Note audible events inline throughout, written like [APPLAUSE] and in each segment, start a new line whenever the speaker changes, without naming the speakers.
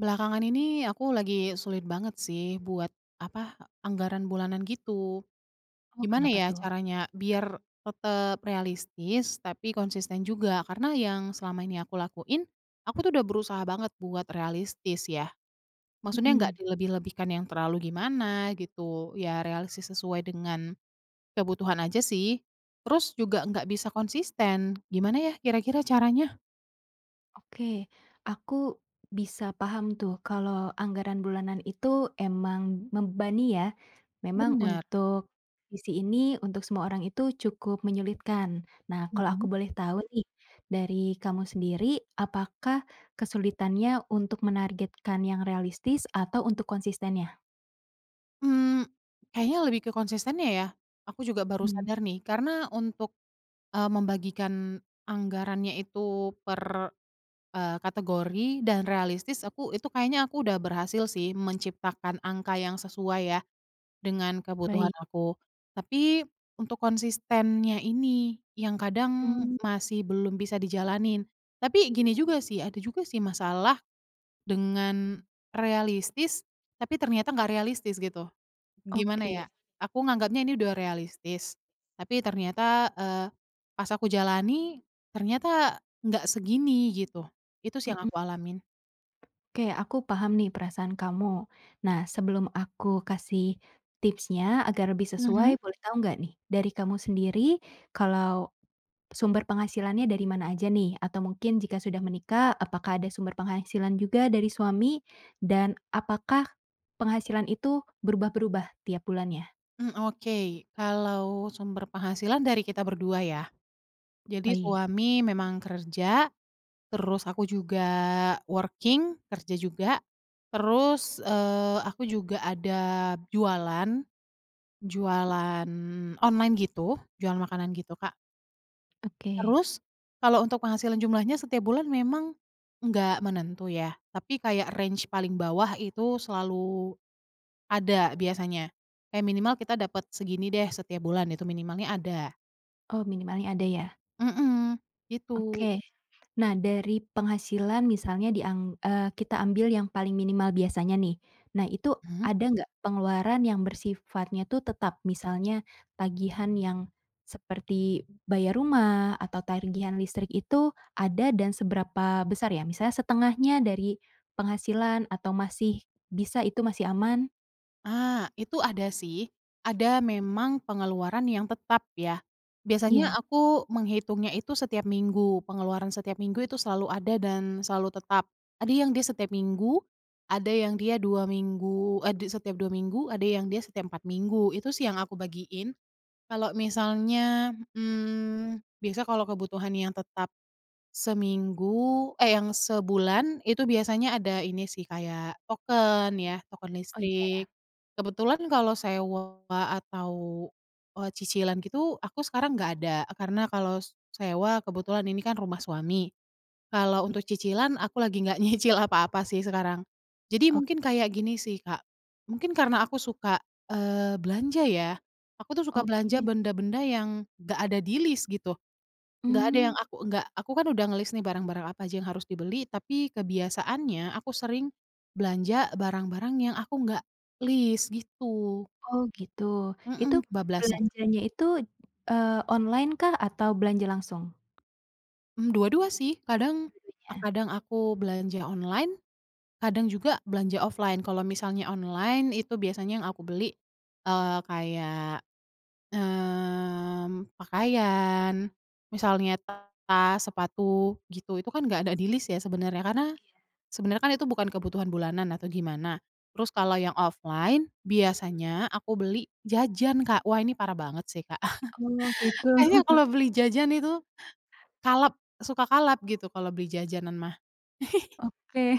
Belakangan ini aku lagi sulit banget sih buat, apa, anggaran bulanan gitu.
Oh,
Gimana
kenapa
ya
tuh?
caranya biar tetap realistis tapi konsisten juga? Karena yang selama ini aku lakuin, aku tuh udah berusaha banget buat realistis ya. Maksudnya nggak
Mhm,
dilebih-lebihkan yang terlalu gimana gitu, ya realistis sesuai dengan kebutuhan aja sih. Terus juga nggak bisa konsisten, gimana ya kira-kira caranya?
oke. Aku bisa paham tuh kalau anggaran bulanan itu emang membebani ya. Memang
Bener,
untuk visi ini, untuk semua orang itu cukup menyulitkan. Nah, kalau aku
mhm.
boleh tahu nih, dari kamu sendiri, apakah kesulitannya untuk menargetkan yang realistis atau untuk konsistennya?
Mmm, Kayaknya lebih ke konsistennya ya. Aku juga baru
Mmm,
sadar nih karena untuk, membagikan anggarannya itu per, kategori dan realistis aku itu kayaknya aku udah berhasil sih menciptakan angka yang sesuai ya dengan kebutuhan
baik.
aku. Tapi untuk konsistennya ini yang kadang
Mmm,
masih belum bisa dijalanin. Tapi gini juga sih, ada juga sih masalah dengan realistis tapi ternyata nggak realistis gitu. Gimana
oke.
ya, aku nganggapnya ini udah realistis, tapi ternyata, eee, pas aku jalani, ternyata nggak segini gitu. Itu sih yang
Mhm.
aku alamin.
Oke, aku paham nih perasaan kamu. Nah, sebelum aku kasih tipsnya agar lebih
Mhm.
sesuai, boleh tahu nggak nih dari kamu sendiri kalau sumber penghasilannya dari mana aja nih? Atau mungkin jika sudah menikah, apakah ada sumber penghasilan juga dari suami? Dan apakah penghasilan itu berubah-berubah tiap bulannya?
Oke, kalau sumber penghasilan dari kita berdua ya. Jadi
Baik.
suami memang kerja, terus aku juga working, kerja juga, terus, aku juga ada jualan, jualan online gitu, jualan makanan gitu, Kak.
Oke.
Terus, kalau untuk penghasilan jumlahnya setiap bulan memang nggak menentu ya, tapi kayak range paling bawah itu selalu ada biasanya. Kayak minimal kita dapat segini deh setiap bulan, itu minimalnya ada.
Oh, minimalnya ada ya?
Mhm, gitu.
Oke. Nah, dari penghasilan misalnya kita ambil yang paling minimal biasanya nih. Nah, itu
Mhm?
ada nggak pengeluaran yang bersifatnya tuh tetap? Misalnya tagihan yang seperti bayar rumah atau tagihan listrik itu ada dan seberapa besar ya? Misalnya setengahnya dari penghasilan atau masih bisa itu masih aman?
Ah, itu ada sih, ada memang pengeluaran yang tetap ya. Biasanya
Iya.
aku menghitungnya itu setiap minggu, pengeluaran setiap minggu itu selalu ada dan selalu tetap. Ada yang dia setiap minggu, ada yang dia 2 minggu eh, di setiap 2 minggu, ada yang dia setiap 4 minggu, itu sih yang aku bagiin. Kalau misalnya, biasa kalau kebutuhan yang tetap seminggu eh, yang sebulan itu biasanya ada ini sih kayak token ya, token
Oh, iya.
listrik. Kebetulan kalau sewa atau, cicilan gitu aku sekarang nggak ada, karena kalau sewa kebetulan ini kan rumah suami. Kalau untuk cicilan aku lagi nggak [LAUGHS] nyicil apa-apa sih sekarang. Jadi mungkin
Oke,
kayak gini sih, Kak, mungkin karena aku suka, belanja ya, aku tuh suka belanja
oke.
benda-benda yang nggak ada di list gitu. Nggak ada yang
Mmm.
aku nggak Aku kan udah ngelis nih barang-barang apa aja yang harus dibeli, tapi kebiasaannya aku sering belanja barang-barang yang aku nggak list gitu.
Oh gitu. Itu
Mhm, kebablasan.
belanjanya itu, online kah atau belanja langsung?
Dua-dua sih, kadang
Dua-duanya?
kadang aku belanja online, kadang juga belanja offline. Kalau misalnya online itu biasanya yang aku beli, kayak, pakaian, misalnya tas, sepatu gitu, itu kan nggak ada di list ya sebenarnya. Sebenarnya kan itu bukan kebutuhan bulanan atau gimana. Terus kalau yang offline, biasanya aku beli jajan, Kak. Wah, ini parah banget sih, Kak. [LAUGHS]
Oh gitu.
Kayaknya kalau beli jajan itu kalap, suka kalap gitu kalau beli jajanan mah. [LAUGHS]
[LAUGHS] Oke,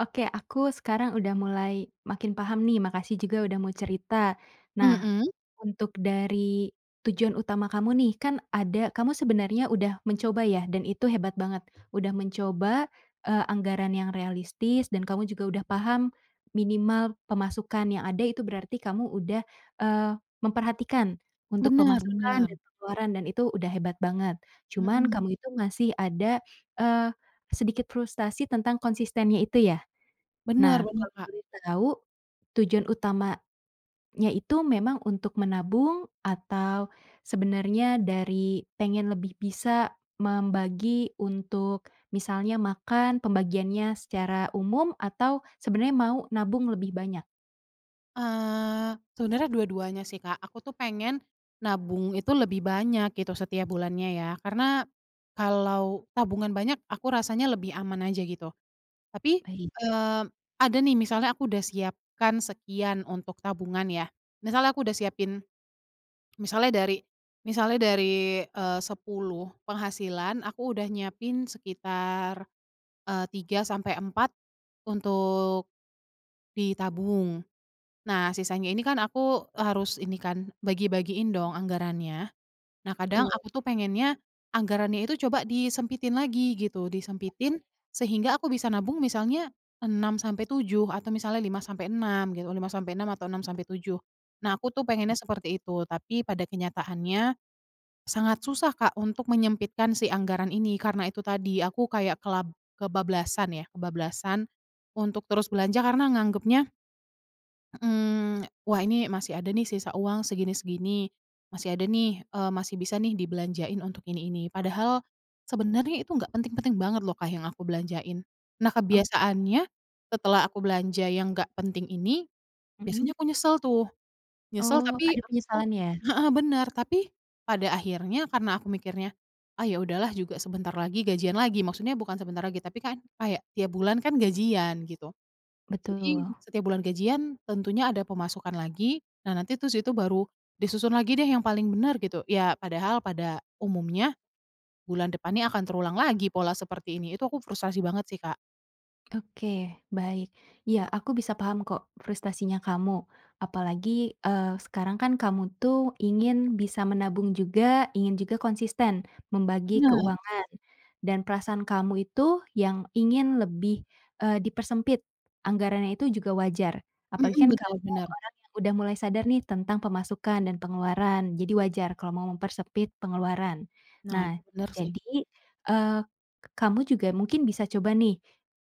oke, aku sekarang udah mulai makin paham nih, makasih juga udah mau cerita. Nah,
Mm-mm.
untuk dari tujuan utama kamu nih, kan ada kamu sebenarnya udah mencoba ya dan itu hebat banget, udah mencoba, anggaran yang realistis dan kamu juga udah paham minimal pemasukan yang ada itu berarti kamu udah, eee, memperhatikan untuk
Benar
pemasukan
benar.
dan pengeluaran dan itu udah hebat banget.
Bener,
Cuman
mhm,
kamu itu masih ada, eee, sedikit frustasi tentang konsistennya itu ya? Nah,
bener bener,
kalau
Kak.
boleh tahu tujuan utama yaitu memang untuk menabung atau sebenarnya dari pengen lebih bisa membagi untuk misalnya makan pembagiannya secara umum atau sebenarnya mau nabung lebih banyak?
Sebenarnya dua-duanya sih, Kak. Aku tuh pengen nabung itu lebih banyak gitu setiap bulannya ya, karena kalau tabungan banyak aku rasanya lebih aman aja gitu. Tapi,
Baik,
eee, ada nih misalnya aku udah siapkan sekian untuk tabungan ya, misalnya aku udah siapin misalnya dari misalnya dari 10 penghasilan aku udah nyiapin sekitar, 3 sampai 4 untuk ditabung. Nah sisanya ini kan aku harus ini kan, bagi-bagiin dong anggarannya. Nah, kadang
betul.
aku tuh pengennya anggarannya itu coba disempitin lagi gitu, disempitin sehingga aku bisa nabung misalnya enam sampai tujuh atau misalnya lima sampai enam gitu, lima sampai enam atau enam sampai tujuh. Nah, aku tuh pengennya seperti itu, tapi pada kenyataannya sangat susah, Kak, untuk menyempitkan si anggaran ini karena itu tadi aku kayak kebablasan ya, kebablasan untuk terus belanja karena nganggepnya, wah ini masih ada nih sisa uang segini-segini, masih ada nih, masih bisa nih dibelanjain untuk ini, padahal sebenarnya itu nggak penting-penting banget loh, Kak, yang aku belanjain. Nah
Ok,
kebiasaannya setelah aku belanja yang nggak penting ini,
mhm.
biasanya aku nyesel tuh, nyesel
Oh,
tapi
ada
aku
penyesalan ya?
heeh, bener, tapi pada akhirnya karena aku mikirnya, "Ah, ya udahlah juga sebentar lagi gajian lagi," maksudnya bukan sebentar lagi, tapi kan kayak tiap bulan kan gajian gitu.
Betul.
Jadi setiap bulan gajian tentunya ada pemasukan lagi, nah nanti terus itu baru disusun lagi deh yang paling benar gitu. Ya padahal pada umumnya bulan depannya akan terulang lagi pola seperti ini, itu aku frustasi banget sih, Kak.
Oke, baik. Ya, aku bisa paham kok frustasinya kamu. Apalagi, sekarang kan kamu tuh ingin bisa menabung juga, ingin juga konsisten membagi
Bener,
keuangan. Dan perasaan kamu itu yang ingin lebih, dipersempit anggarannya itu juga wajar. Apalagi
mhm,
kan
bener
kamu
bener.
orang yang udah mulai sadar nih tentang pemasukan dan pengeluaran. Jadi wajar kalau mau mempersempit pengeluaran.
Nah itu
Nah,
bener sih.
jadi, eee, kamu juga mungkin bisa coba nih.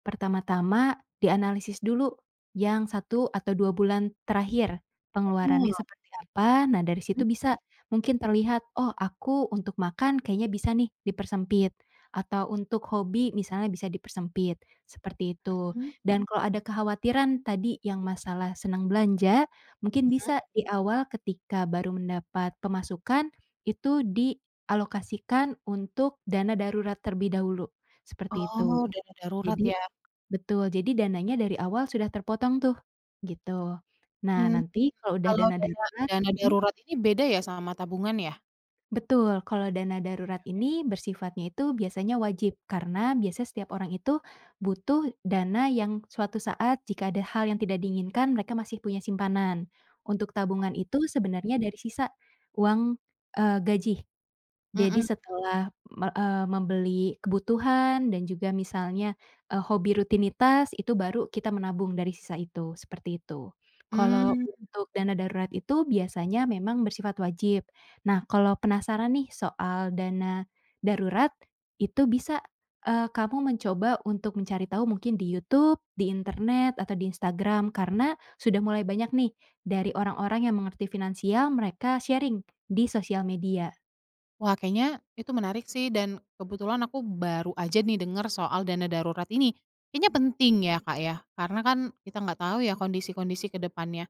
Pertama-tama dianalisis dulu yang satu atau 2 bulan terakhir, pengeluarannya
Oh,
seperti apa. Nah, dari situ bisa mungkin terlihat, "Oh, aku untuk makan kayaknya bisa nih dipersempit," atau untuk hobi misalnya bisa dipersempit, seperti itu.
mhm,
Dan kalau ada kekhawatiran tadi yang masalah senang belanja, mungkin
mhm.
bisa di awal ketika baru mendapat pemasukan, itu dialokasikan untuk dana darurat terlebih dahulu, seperti itu.
Oh, dana
Jadi
darurat ya?
Betul, jadi dananya dari awal sudah terpotong tuh, gitu. Nah,
Mmm,
nanti kalau udah
Kalau
dana
dana
darurat,
dana
mhm,
darurat ini beda ya sama tabungan ya?
betul, kalau dana darurat ini bersifatnya itu biasanya wajib, karena biasanya setiap orang itu butuh dana yang suatu saat jika ada hal yang tidak diinginkan, mereka masih punya simpanan. Untuk tabungan itu sebenarnya dari sisa uang, gaji. Jadi
Mhm,
setelah membeli kebutuhan dan juga misalnya, hobi rutinitas itu baru kita menabung dari sisa itu, seperti itu. Kalau
mmm.
untuk dana darurat itu biasanya memang bersifat wajib. Nah, kalau penasaran nih soal dana darurat, itu bisa, kamu mencoba untuk mencari tahu mungkin di YouTube, di internet, atau di Instagram karena sudah mulai banyak nih dari orang-orang yang mengerti finansial mereka sharing di sosial media.
Wah, kayaknya itu menarik sih dan kebetulan aku baru aja nih dengar soal dana darurat ini. Kayaknya penting ya, Kak, ya, karena kan kita nggak tahu ya kondisi-kondisi ke depannya.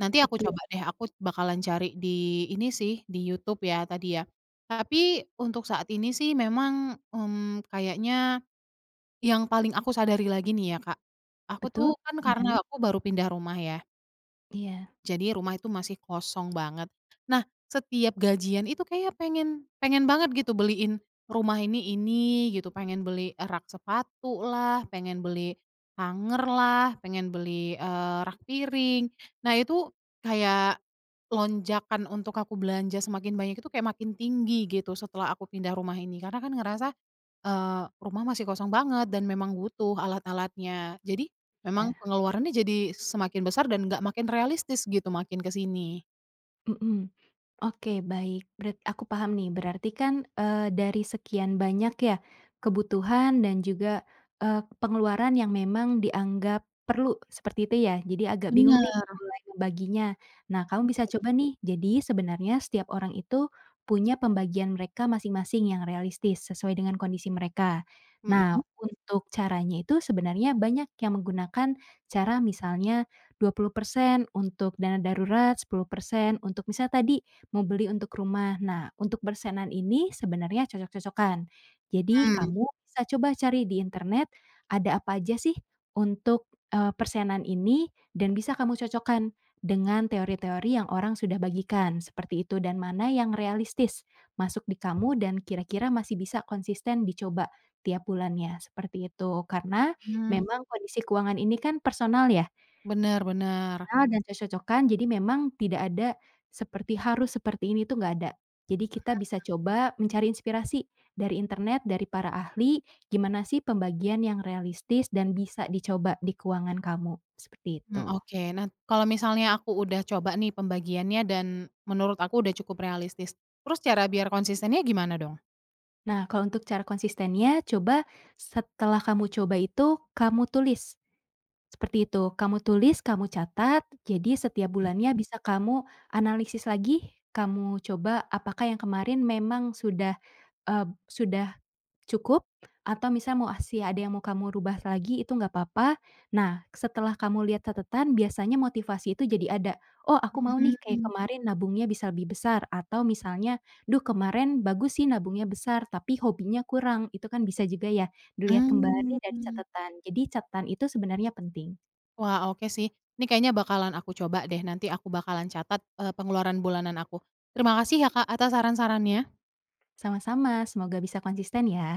Nanti aku
Betul.
coba deh, aku bakalan cari di ini sih, di YouTube ya tadi ya. Tapi untuk saat ini sih memang, kayaknya yang paling aku sadari lagi nih ya, Kak, aku tuh
Betul?
kan karena
Gimana?
aku baru pindah rumah ya,
Iya,
jadi rumah itu masih kosong banget. Nah, setiap gajian itu kayak pengen pengen banget gitu beliin rumah ini gitu, pengen beli rak sepatu lah, pengen beli hanger lah, pengen beli, rak piring. Nah itu kayak lonjakan untuk aku belanja semakin banyak itu kayak makin tinggi gitu setelah aku pindah rumah ini, karena kan ngerasa rumah masih kosong banget dan memang butuh alat-alatnya. Jadi, memang
iya,
pengeluarannya jadi semakin besar dan nggak makin realistis gitu makin ke sini.
mhm. Oke, baik. Berat aku paham nih, berarti kan, dari sekian banyak ya, kebutuhan dan juga, pengeluaran yang memang dianggap perlu, seperti itu ya? Jadi agak bingung nih
Bener,
mulai membaginya. Nah, kamu bisa coba nih, jadi sebenarnya setiap orang itu punya pembagian mereka masing-masing yang realistis, sesuai dengan kondisi mereka.
mhm
Nah,
mhm.
untuk caranya itu sebenarnya banyak yang menggunakan cara misalnya 20% untuk dana darurat, 10% untuk misalnya tadi mau beli untuk rumah. Nah, untuk persenan ini sebenarnya cocok-cocokan. Jadi kamu bisa coba cari di internet ada apa aja sih untuk, persenan ini dan bisa kamu cocokkan dengan teori-teori yang orang sudah bagikan, seperti itu, dan mana yang realistis masuk di kamu dan kira-kira masih bisa konsisten dicoba tiap bulannya, seperti itu. Karena
Mhm,
memang kondisi keuangan ini kan personal ya.
bener bener,
Kenal dan cocok-cocokan, jadi memang tidak ada seperti harus seperti ini tuh nggak ada. Jadi kita bisa coba mencari inspirasi dari internet, dari para ahli, gimana sih pembagian yang realistis dan bisa dicoba di keuangan kamu, seperti
mmm,
itu.
oke. Nah, kalau misalnya aku udah coba nih pembagiannya dan menurut aku udah cukup realistis, terus cara biar konsistennya gimana dong?
Nah, kalau untuk cara konsistennya coba setelah kamu coba itu kamu tulis, seperti itu. Kamu tulis, kamu catat, jadi setiap bulannya bisa kamu analisis lagi, kamu coba apakah yang kemarin memang sudah cukup, atau misal mau masih ada yang mau kamu rubah lagi itu nggak apa-apa. Nah, setelah kamu lihat catatan biasanya motivasi itu jadi ada, "Oh, aku mau nih kayak
Mhm.
kemarin nabungnya bisa lebih besar," atau misalnya, "Duh, kemarin bagus sih nabungnya besar tapi hobinya kurang." Itu kan bisa juga ya dilihat kembali dari
Mmm.
catatan. Jadi catatan itu sebenarnya penting.
Wah, oke sih. Ini kayaknya bakalan aku coba deh, nanti aku bakalan catat, pengeluaran bulanan aku. Terima kasih ya, Kak, atas saran-sarannya.
Sama-sama, semoga bisa konsisten ya.